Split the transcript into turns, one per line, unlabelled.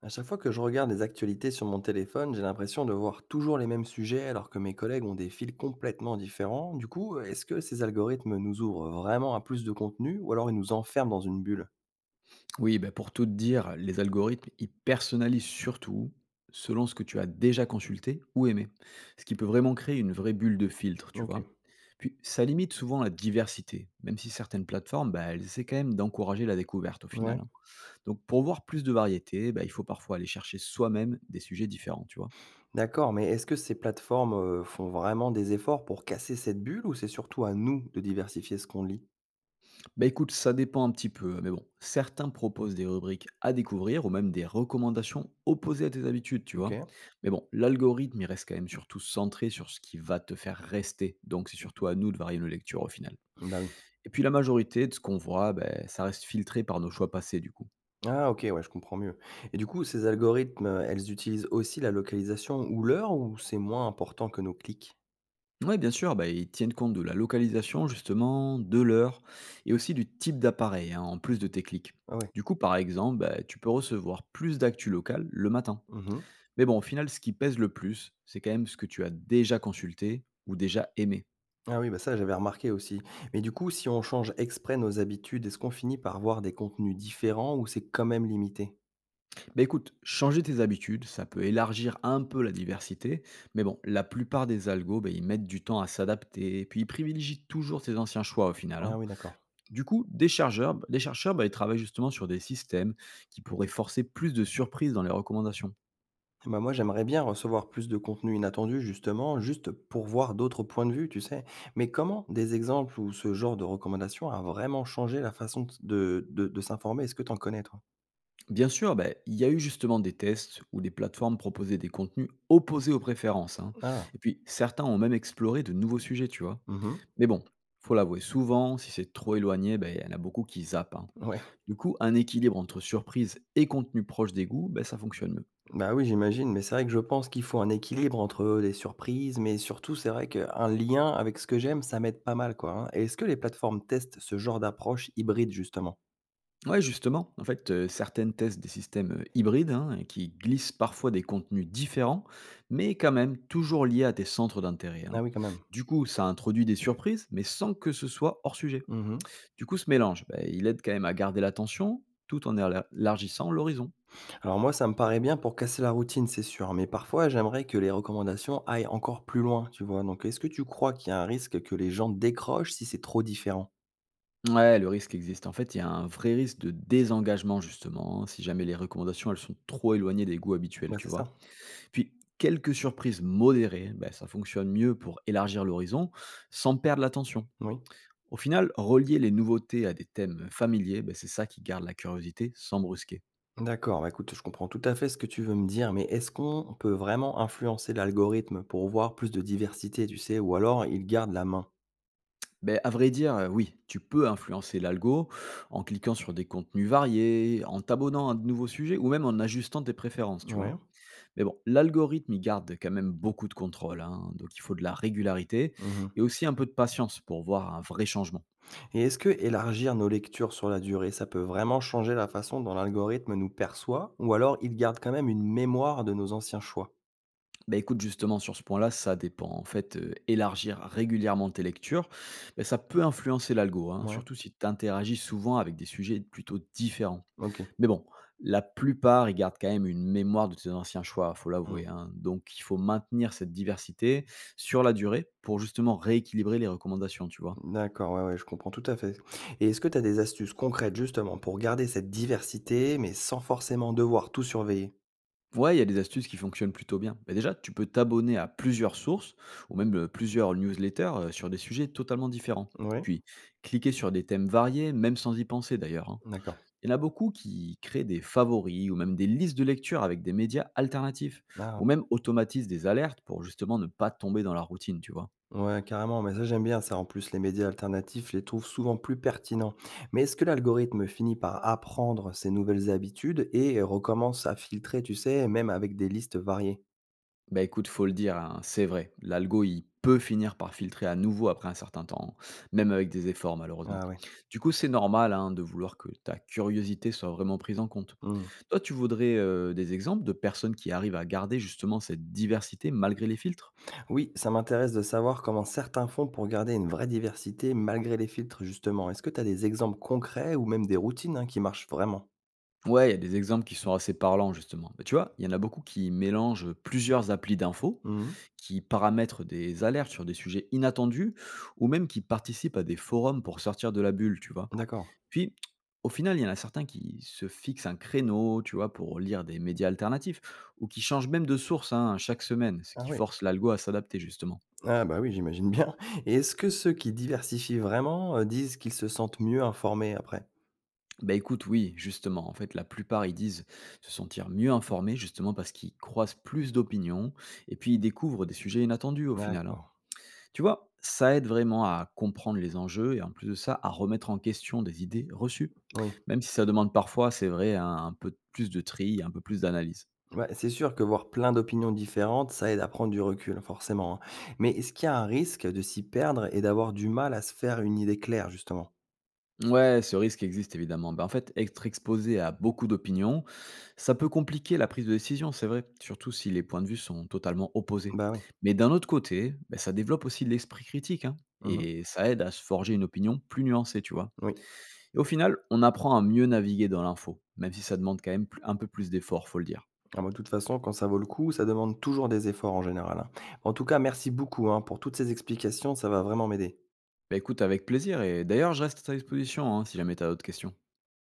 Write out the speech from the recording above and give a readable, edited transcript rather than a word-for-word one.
À chaque fois que je regarde les actualités sur mon téléphone, j'ai l'impression de voir toujours les mêmes sujets alors que mes collègues ont des fils complètement différents. Du coup, est-ce que ces algorithmes nous ouvrent vraiment à plus de contenu ou alors ils nous enferment dans une bulle?
Oui, bah, pour tout te dire, les algorithmes, ils personnalisent surtout selon ce que tu as déjà consulté ou aimé, ce qui peut vraiment créer une vraie bulle de filtre, tu vois.
Ok.
Puis ça limite souvent la diversité, même si certaines plateformes, bah, elles essaient quand même d'encourager la découverte au
Ouais.
final. Hein. Donc pour voir plus de variété, bah, il faut parfois aller chercher soi-même des sujets différents, tu vois.
D'accord, mais est-ce que ces plateformes font vraiment des efforts pour casser cette bulle ou c'est surtout à nous de diversifier ce qu'on lit?
Bah écoute, ça dépend un petit peu, mais bon, certains proposent des rubriques à découvrir ou même des recommandations opposées à tes habitudes, tu vois.
Ok.
Mais bon, l'algorithme, il reste quand même surtout centré sur ce qui va te faire rester, donc c'est surtout à nous de varier nos lectures au final.
Bah oui.
Et puis la majorité de ce qu'on voit, ben ça reste filtré par nos choix passés du coup.
Ah ok, ouais, je comprends mieux. Et du coup, ces algorithmes, elles utilisent aussi la localisation ou l'heure ou c'est moins important que nos clics?
Ouais, bien sûr, ben ils tiennent compte de la localisation justement, de l'heure et aussi du type d'appareil, hein, en plus de tes clics.
Ah ouais.
Du coup, par exemple, ben tu peux recevoir plus d'actu locales le matin.
Mhm.
Mais bon, au final, ce qui pèse le plus, c'est quand même ce que tu as déjà consulté ou déjà aimé.
Ah oui, bah ça, j'avais remarqué aussi. Mais du coup, si on change exprès nos habitudes, est-ce qu'on finit par voir des contenus différents ou c'est quand même limité?
Bah écoute, changer tes habitudes, ça peut élargir un peu la diversité, mais bon, la plupart des algos, bah, ils mettent du temps à s'adapter, et puis ils privilégient toujours tes anciens choix au final.
Ah
Hein.
oui, d'accord.
Du coup, des chercheurs, bah, ils travaillent justement sur des systèmes qui pourraient forcer plus de surprises dans les recommandations.
Bah moi, j'aimerais bien recevoir plus de contenus inattendus, justement, juste pour voir d'autres points de vue, tu sais. Mais comment des exemples ou ce genre de recommandations a vraiment changé la façon de s'informer? Est-ce que tu en connais, toi?
Bien sûr, bah, il y a eu justement des tests où des plateformes proposaient des contenus opposés aux préférences. Hein.
Ah,
Et puis, certains ont même exploré de nouveaux sujets, tu vois.
mhm,
Mais bon, faut l'avouer, souvent, si c'est trop éloigné, ben il y en a beaucoup qui zappent, hein.
ouais.
Du coup, un équilibre entre surprise et contenu proche des goûts, ben ça fonctionne mieux.
Bah oui, j'imagine, mais c'est vrai que je pense qu'il faut un équilibre entre des surprises, mais surtout, c'est vrai qu'un lien avec ce que j'aime, ça m'aide pas mal, quoi. Hein. Et est-ce que les plateformes testent ce genre d'approche hybride, justement?
Ouais, justement, en fait, certaines testent des systèmes hybrides hein, qui glissent parfois des contenus différents, mais quand même toujours liés à tes centres d'intérêt.
Ah
Hein.
oui, quand même.
Du coup, ça introduit des surprises, mais sans que ce soit hors sujet.
Mhm.
Du coup, ce mélange, beh, il aide quand même à garder l'attention tout en élargissant l'horizon.
Alors moi, ça me paraît bien pour casser la routine, c'est sûr, mais parfois, j'aimerais que les recommandations aillent encore plus loin, tu vois. Donc, est-ce que tu crois qu'il y a un risque que les gens décrochent si c'est trop différent?
Ouais, le risque existe. En fait, il y a un vrai risque de désengagement, justement, hein, si jamais les recommandations, elles sont trop éloignées des goûts habituels,
Bah,
tu
c'est
vois.
ça,
Puis, quelques surprises modérées, ben, ça fonctionne mieux pour élargir l'horizon sans perdre l'attention.
oui.
Au final, relier les nouveautés à des thèmes familiers, ben, c'est ça qui garde la curiosité sans brusquer.
D'accord, bah, écoute, je comprends tout à fait ce que tu veux me dire, mais est-ce qu'on peut vraiment influencer l'algorithme pour voir plus de diversité, tu sais, ou alors il garde la main?
Ben, à vrai dire, oui, tu peux influencer l'algo en cliquant sur des contenus variés, en t'abonnant à de nouveaux sujets ou même en ajustant tes préférences, tu vois.
Ouais.
Mais bon, l'algorithme, il garde quand même beaucoup de contrôle, hein, donc il faut de la régularité
Mhm.
et aussi un peu de patience pour voir un vrai changement.
Et est-ce que élargir nos lectures sur la durée, ça peut vraiment changer la façon dont l'algorithme nous perçoit, ou alors il garde quand même une mémoire de nos anciens choix?
Bah écoute, justement, sur ce point-là, ça dépend. En fait, élargir régulièrement tes lectures, bah, ça peut influencer l'algo, hein,
Ouais.
surtout si tu interagis souvent avec des sujets plutôt différents.
Ok.
Mais bon, la plupart, ils gardent quand même une mémoire de tes anciens choix, faut
Hmm.
l'avouer. Hein. Donc, il faut maintenir cette diversité sur la durée pour justement rééquilibrer les recommandations, tu vois.
D'accord, ouais, ouais, je comprends tout à fait. Et est-ce que tu as des astuces concrètes justement pour garder cette diversité, mais sans forcément devoir tout surveiller?
Ouais, il y a des astuces qui fonctionnent plutôt bien. Bah déjà, tu peux t'abonner à plusieurs sources ou même plusieurs newsletters sur des sujets totalement différents.
Oui.
Puis, cliquer sur des thèmes variés, même sans y penser d'ailleurs. Hein.
D'accord.
Il y en a beaucoup qui créent des favoris ou même des listes de lecture avec des médias alternatifs
Ah,
ou même automatisent des alertes pour justement ne pas tomber dans la routine, tu vois.
ouais, carrément, mais ça j'aime bien ça. En plus, les médias alternatifs, les trouvent souvent plus pertinents. Mais est-ce que l'algorithme finit par apprendre ces nouvelles habitudes et recommence à filtrer, tu sais, même avec des listes variées?
Bah écoute, faut le dire, hein, c'est vrai. L'algo, il peut finir par filtrer à nouveau après un certain temps, même avec des efforts malheureusement.
Ah ouais.
Du coup, c'est normal hein, de vouloir que ta curiosité soit vraiment prise en compte.
Hmm.
Toi, tu voudrais des exemples de personnes qui arrivent à garder justement cette diversité malgré les filtres.
Oui, ça m'intéresse de savoir comment certains font pour garder une vraie diversité malgré les filtres, justement. Est-ce que tu as des exemples concrets ou même des routines, hein, qui marchent vraiment?
Ouais, il y a des exemples qui sont assez parlants justement. Bah, tu vois, il y en a beaucoup qui mélangent plusieurs applis d'infos,
Hmm.
qui paramètrent des alertes sur des sujets inattendus, ou même qui participent à des forums pour sortir de la bulle, tu vois.
D'accord.
Puis, au final, il y en a certains qui se fixent un créneau, tu vois, pour lire des médias alternatifs ou qui changent même de source hein, chaque semaine, ce
Ah
qui
oui.
force l'algo à s'adapter justement.
Ah bah oui, j'imagine bien. Et est-ce que ceux qui diversifient vraiment disent qu'ils se sentent mieux informés après?
Bah écoute, oui, justement, en fait, la plupart, ils disent se sentir mieux informés justement parce qu'ils croisent plus d'opinions et puis ils découvrent des sujets inattendus au final. Hein.
D'accord.
Tu vois, ça aide vraiment à comprendre les enjeux et en plus de ça, à remettre en question des idées reçues,
Oui.
même si ça demande parfois, c'est vrai, un peu plus de tri, un peu plus d'analyse.
Ouais, c'est sûr que voir plein d'opinions différentes, ça aide à prendre du recul, forcément. Hein. Mais est-ce qu'il y a un risque de s'y perdre et d'avoir du mal à se faire une idée claire, justement?
Ouais, ce risque existe évidemment. Bah, en fait, être exposé à beaucoup d'opinions, ça peut compliquer la prise de décision, c'est vrai, surtout si les points de vue sont totalement opposés.
Bah oui.
Mais d'un autre côté, bah, ça développe aussi l'esprit critique hein,
Mhm.
et ça aide à se forger une opinion plus nuancée, tu vois.
Oui.
Et au final, on apprend à mieux naviguer dans l'info, même si ça demande quand même un peu plus d'efforts, faut le dire.
Ah, bah, de toute façon, quand ça vaut le coup, ça demande toujours des efforts en général. Hein. En tout cas, merci beaucoup, hein, pour toutes ces explications, ça va vraiment m'aider.
Bah écoute, avec plaisir et d'ailleurs, je reste à ta disposition hein, si jamais tu as d'autres questions.